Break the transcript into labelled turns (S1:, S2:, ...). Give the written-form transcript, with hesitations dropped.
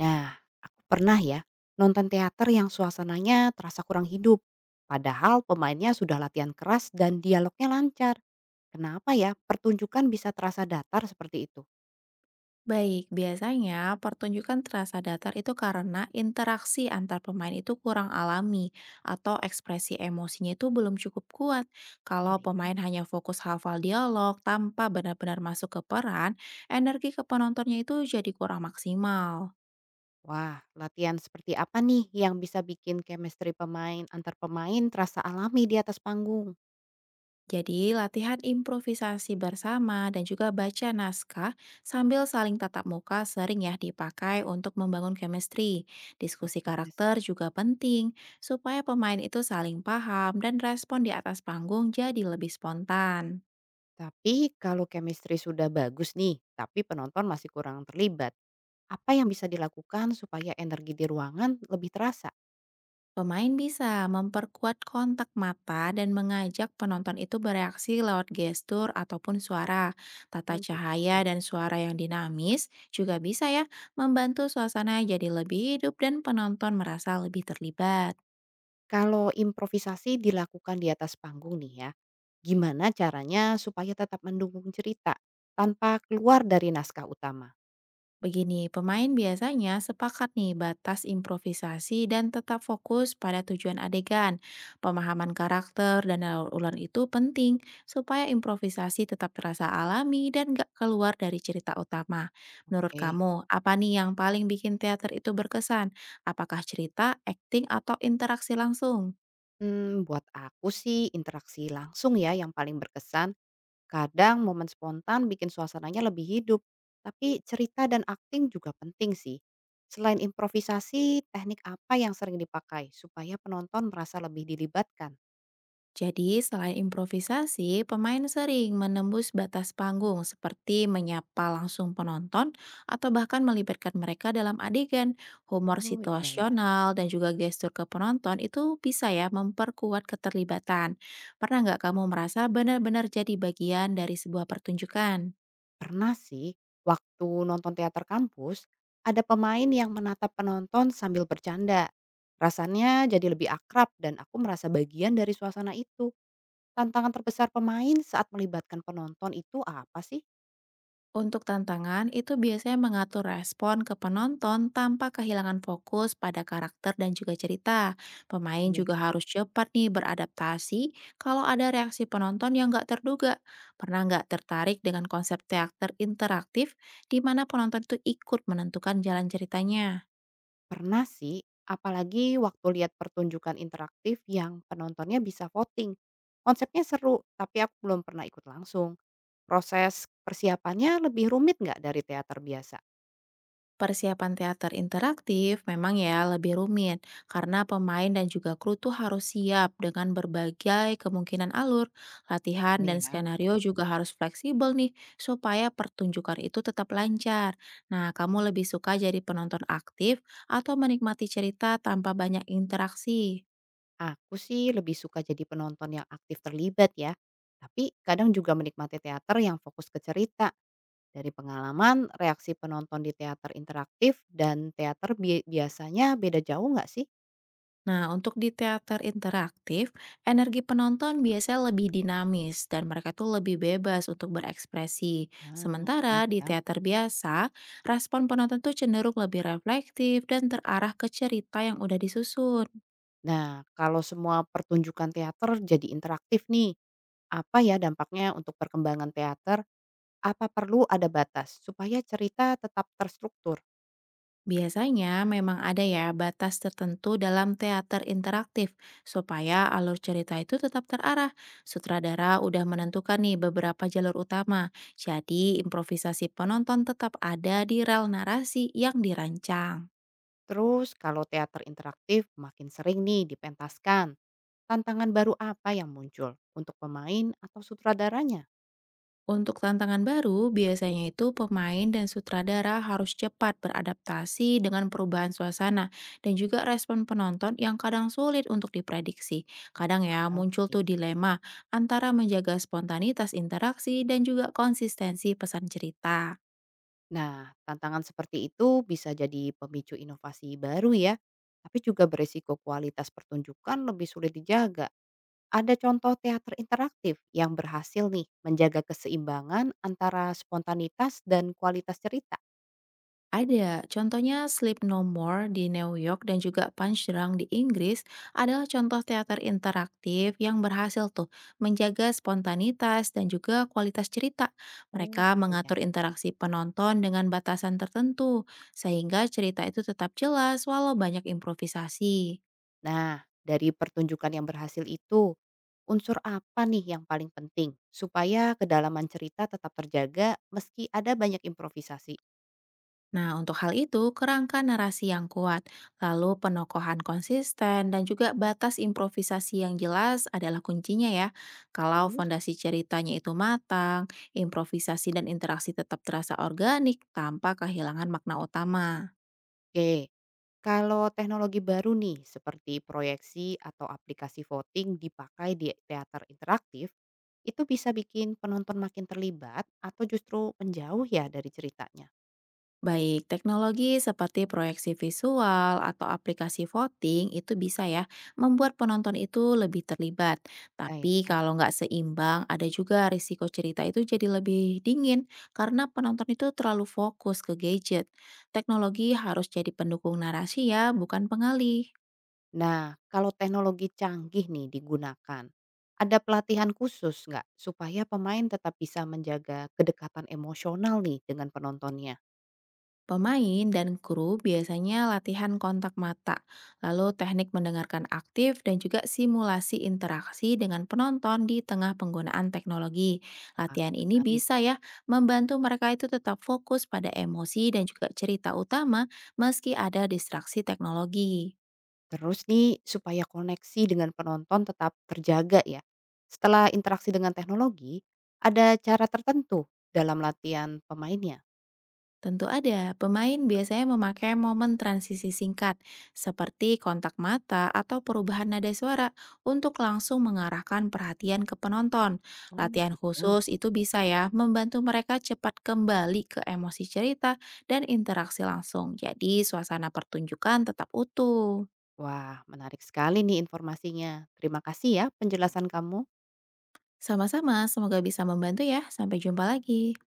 S1: Nah, aku pernah ya nonton teater yang suasananya terasa kurang hidup. Padahal pemainnya sudah latihan keras dan dialognya lancar. Kenapa ya pertunjukan bisa terasa datar seperti itu?
S2: Baik, biasanya pertunjukan terasa datar itu karena interaksi antar pemain itu kurang alami atau ekspresi emosinya itu belum cukup kuat. Kalau
S1: Gitu ya.
S2: pemain hanya fokus hafal dialog tanpa benar-benar masuk ke peran, energi ke penontonnya itu jadi kurang maksimal.
S1: Wah, latihan seperti apa nih yang bisa bikin chemistry pemain antar pemain terasa alami di atas panggung?
S2: Jadi, latihan improvisasi bersama dan juga baca naskah sambil saling tatap muka sering ya dipakai untuk membangun chemistry.
S1: Betul
S2: Diskusi
S1: juga sih.
S2: karakter juga penting supaya pemain itu saling paham dan respon di atas panggung jadi lebih spontan.
S1: Tapi kalau chemistry sudah bagus nih, tapi penonton masih kurang terlibat. Apa yang bisa dilakukan supaya energi di ruangan lebih terasa?
S2: Pemain bisa memperkuat kontak mata dan mengajak penonton itu bereaksi lewat gestur ataupun suara. Tata
S1: Oh gitu.
S2: cahaya dan suara yang dinamis juga bisa ya membantu suasana jadi lebih hidup dan penonton merasa lebih terlibat.
S1: Kalau improvisasi dilakukan di atas panggung nih ya, gimana caranya supaya tetap mendukung cerita tanpa keluar dari naskah utama?
S2: Begini, pemain biasanya sepakat nih batas improvisasi dan tetap fokus pada tujuan adegan. Pemahaman karakter dan daur ulang itu penting supaya improvisasi tetap terasa alami dan gak keluar dari cerita utama. Menurut
S1: Oke.
S2: kamu, apa nih yang paling bikin teater itu berkesan? Apakah cerita, akting, atau interaksi langsung?
S1: Hmm, buat aku sih interaksi langsung ya yang paling berkesan. Kadang momen spontan bikin suasananya lebih hidup. Tapi cerita dan akting juga penting sih. Selain improvisasi, teknik apa yang sering dipakai supaya penonton merasa lebih dilibatkan?
S2: Jadi, selain improvisasi, pemain sering menembus batas panggung seperti menyapa langsung penonton atau bahkan melibatkan mereka dalam adegan. Humor
S1: Oh, iya, iya.
S2: situasional dan juga gestur ke penonton itu bisa ya memperkuat keterlibatan. Pernah nggak kamu merasa benar-benar jadi bagian dari sebuah pertunjukan?
S1: Pernah sih, waktu nonton teater kampus, ada pemain yang menatap penonton sambil bercanda. Rasanya jadi lebih akrab dan aku merasa bagian dari suasana itu. Tantangan terbesar pemain saat melibatkan penonton itu apa sih?
S2: Untuk tantangan, itu biasanya mengatur respon ke penonton tanpa kehilangan fokus pada karakter dan juga cerita. Pemain
S1: Oke.
S2: juga harus cepat nih beradaptasi kalau ada reaksi penonton yang nggak terduga. Pernah nggak tertarik dengan konsep teater interaktif di mana penonton itu ikut menentukan jalan ceritanya?
S1: Pernah sih, apalagi waktu lihat pertunjukan interaktif yang penontonnya bisa voting. Konsepnya seru, tapi aku belum pernah ikut langsung. Proses persiapannya lebih rumit nggak dari teater biasa?
S2: Persiapan teater interaktif memang ya lebih rumit karena pemain dan juga kru tuh harus siap dengan berbagai kemungkinan alur, latihan dan
S1: Iya.
S2: skenario juga harus fleksibel nih supaya pertunjukan itu tetap lancar. Nah, kamu lebih suka jadi penonton aktif atau menikmati cerita tanpa banyak interaksi?
S1: Aku sih lebih suka jadi penonton yang aktif terlibat ya. Tapi kadang juga menikmati teater yang fokus ke cerita. Dari pengalaman, reaksi penonton di teater interaktif dan teater biasanya beda jauh nggak sih?
S2: Nah, untuk di teater interaktif, energi penonton biasanya lebih dinamis dan mereka tuh lebih bebas untuk berekspresi.
S1: Ah,
S2: Sementara
S1: gitu
S2: di
S1: ya.
S2: teater biasa, respon penonton tuh cenderung lebih reflektif dan terarah ke cerita yang udah disusun.
S1: Nah, kalau semua pertunjukan teater jadi interaktif nih, apa ya dampaknya untuk perkembangan teater? Apa perlu ada batas supaya cerita tetap terstruktur?
S2: Biasanya memang ada ya batas tertentu dalam teater interaktif supaya alur cerita itu tetap terarah. Sutradara udah menentukan nih beberapa jalur utama. Jadi improvisasi penonton tetap ada di rel narasi yang dirancang.
S1: Terus kalau teater interaktif makin sering nih dipentaskan, tantangan baru apa yang muncul untuk pemain atau sutradaranya?
S2: Untuk tantangan baru, biasanya itu pemain dan sutradara harus cepat beradaptasi dengan perubahan suasana dan juga respon penonton yang kadang sulit untuk diprediksi. Kadang ya muncul
S1: Oke.
S2: tuh dilema antara menjaga spontanitas interaksi dan juga konsistensi pesan cerita.
S1: Nah, tantangan seperti itu bisa jadi pemicu inovasi baru ya, tapi juga beresiko kualitas pertunjukan lebih sulit dijaga. Ada contoh teater interaktif yang berhasil nih menjaga keseimbangan antara spontanitas dan kualitas cerita.
S2: Ada, contohnya Sleep No More di New York dan juga Punch Drunk di Inggris adalah contoh teater interaktif yang berhasil tuh menjaga spontanitas dan juga kualitas cerita.
S1: Oh,
S2: Mereka
S1: baik.
S2: mengatur interaksi penonton dengan batasan tertentu, sehingga cerita itu tetap jelas walau banyak improvisasi.
S1: Nah, dari pertunjukan yang berhasil itu, unsur apa nih yang paling penting supaya kedalaman cerita tetap terjaga meski ada banyak improvisasi?
S2: Nah, untuk hal itu, kerangka narasi yang kuat, lalu penokohan konsisten, dan juga batas improvisasi yang jelas adalah kuncinya ya. Kalau
S1: Terus,
S2: fondasi ceritanya itu matang, improvisasi dan interaksi tetap terasa organik tanpa kehilangan makna utama.
S1: oke, kalau teknologi baru nih seperti proyeksi atau aplikasi voting dipakai di teater interaktif, itu bisa bikin penonton makin terlibat atau justru menjauh ya dari ceritanya?
S2: Baik, teknologi seperti proyeksi visual atau aplikasi voting itu bisa ya membuat penonton itu lebih terlibat. Tapi kalau nggak seimbang, ada juga risiko cerita itu jadi lebih dingin karena penonton itu terlalu fokus ke gadget. Teknologi harus jadi pendukung narasi ya, bukan pengalih.
S1: Nah, kalau teknologi canggih nih digunakan, ada pelatihan khusus nggak supaya pemain tetap bisa menjaga kedekatan emosional nih dengan penontonnya?
S2: Pemain dan kru biasanya latihan kontak mata, lalu teknik mendengarkan aktif dan juga simulasi interaksi dengan penonton di tengah penggunaan teknologi.
S1: Wah,
S2: Latihan ini
S1: menarik.
S2: bisa ya membantu mereka itu tetap fokus pada emosi dan juga cerita utama meski ada distraksi teknologi.
S1: Terus nih, supaya koneksi dengan penonton tetap terjaga ya. Setelah interaksi dengan teknologi, ada cara tertentu dalam latihan pemainnya.
S2: Tentu ada, pemain biasanya memakai momen transisi singkat, seperti kontak mata atau perubahan nada suara untuk langsung mengarahkan perhatian ke penonton.
S1: Oh
S2: Latihan
S1: gitu.
S2: khusus itu bisa ya membantu mereka cepat kembali ke emosi cerita dan interaksi langsung. Jadi suasana pertunjukan tetap utuh.
S1: Wah, menarik sekali nih informasinya. Terima kasih ya penjelasan kamu.
S2: Sama-sama, semoga bisa membantu ya. Sampai jumpa lagi.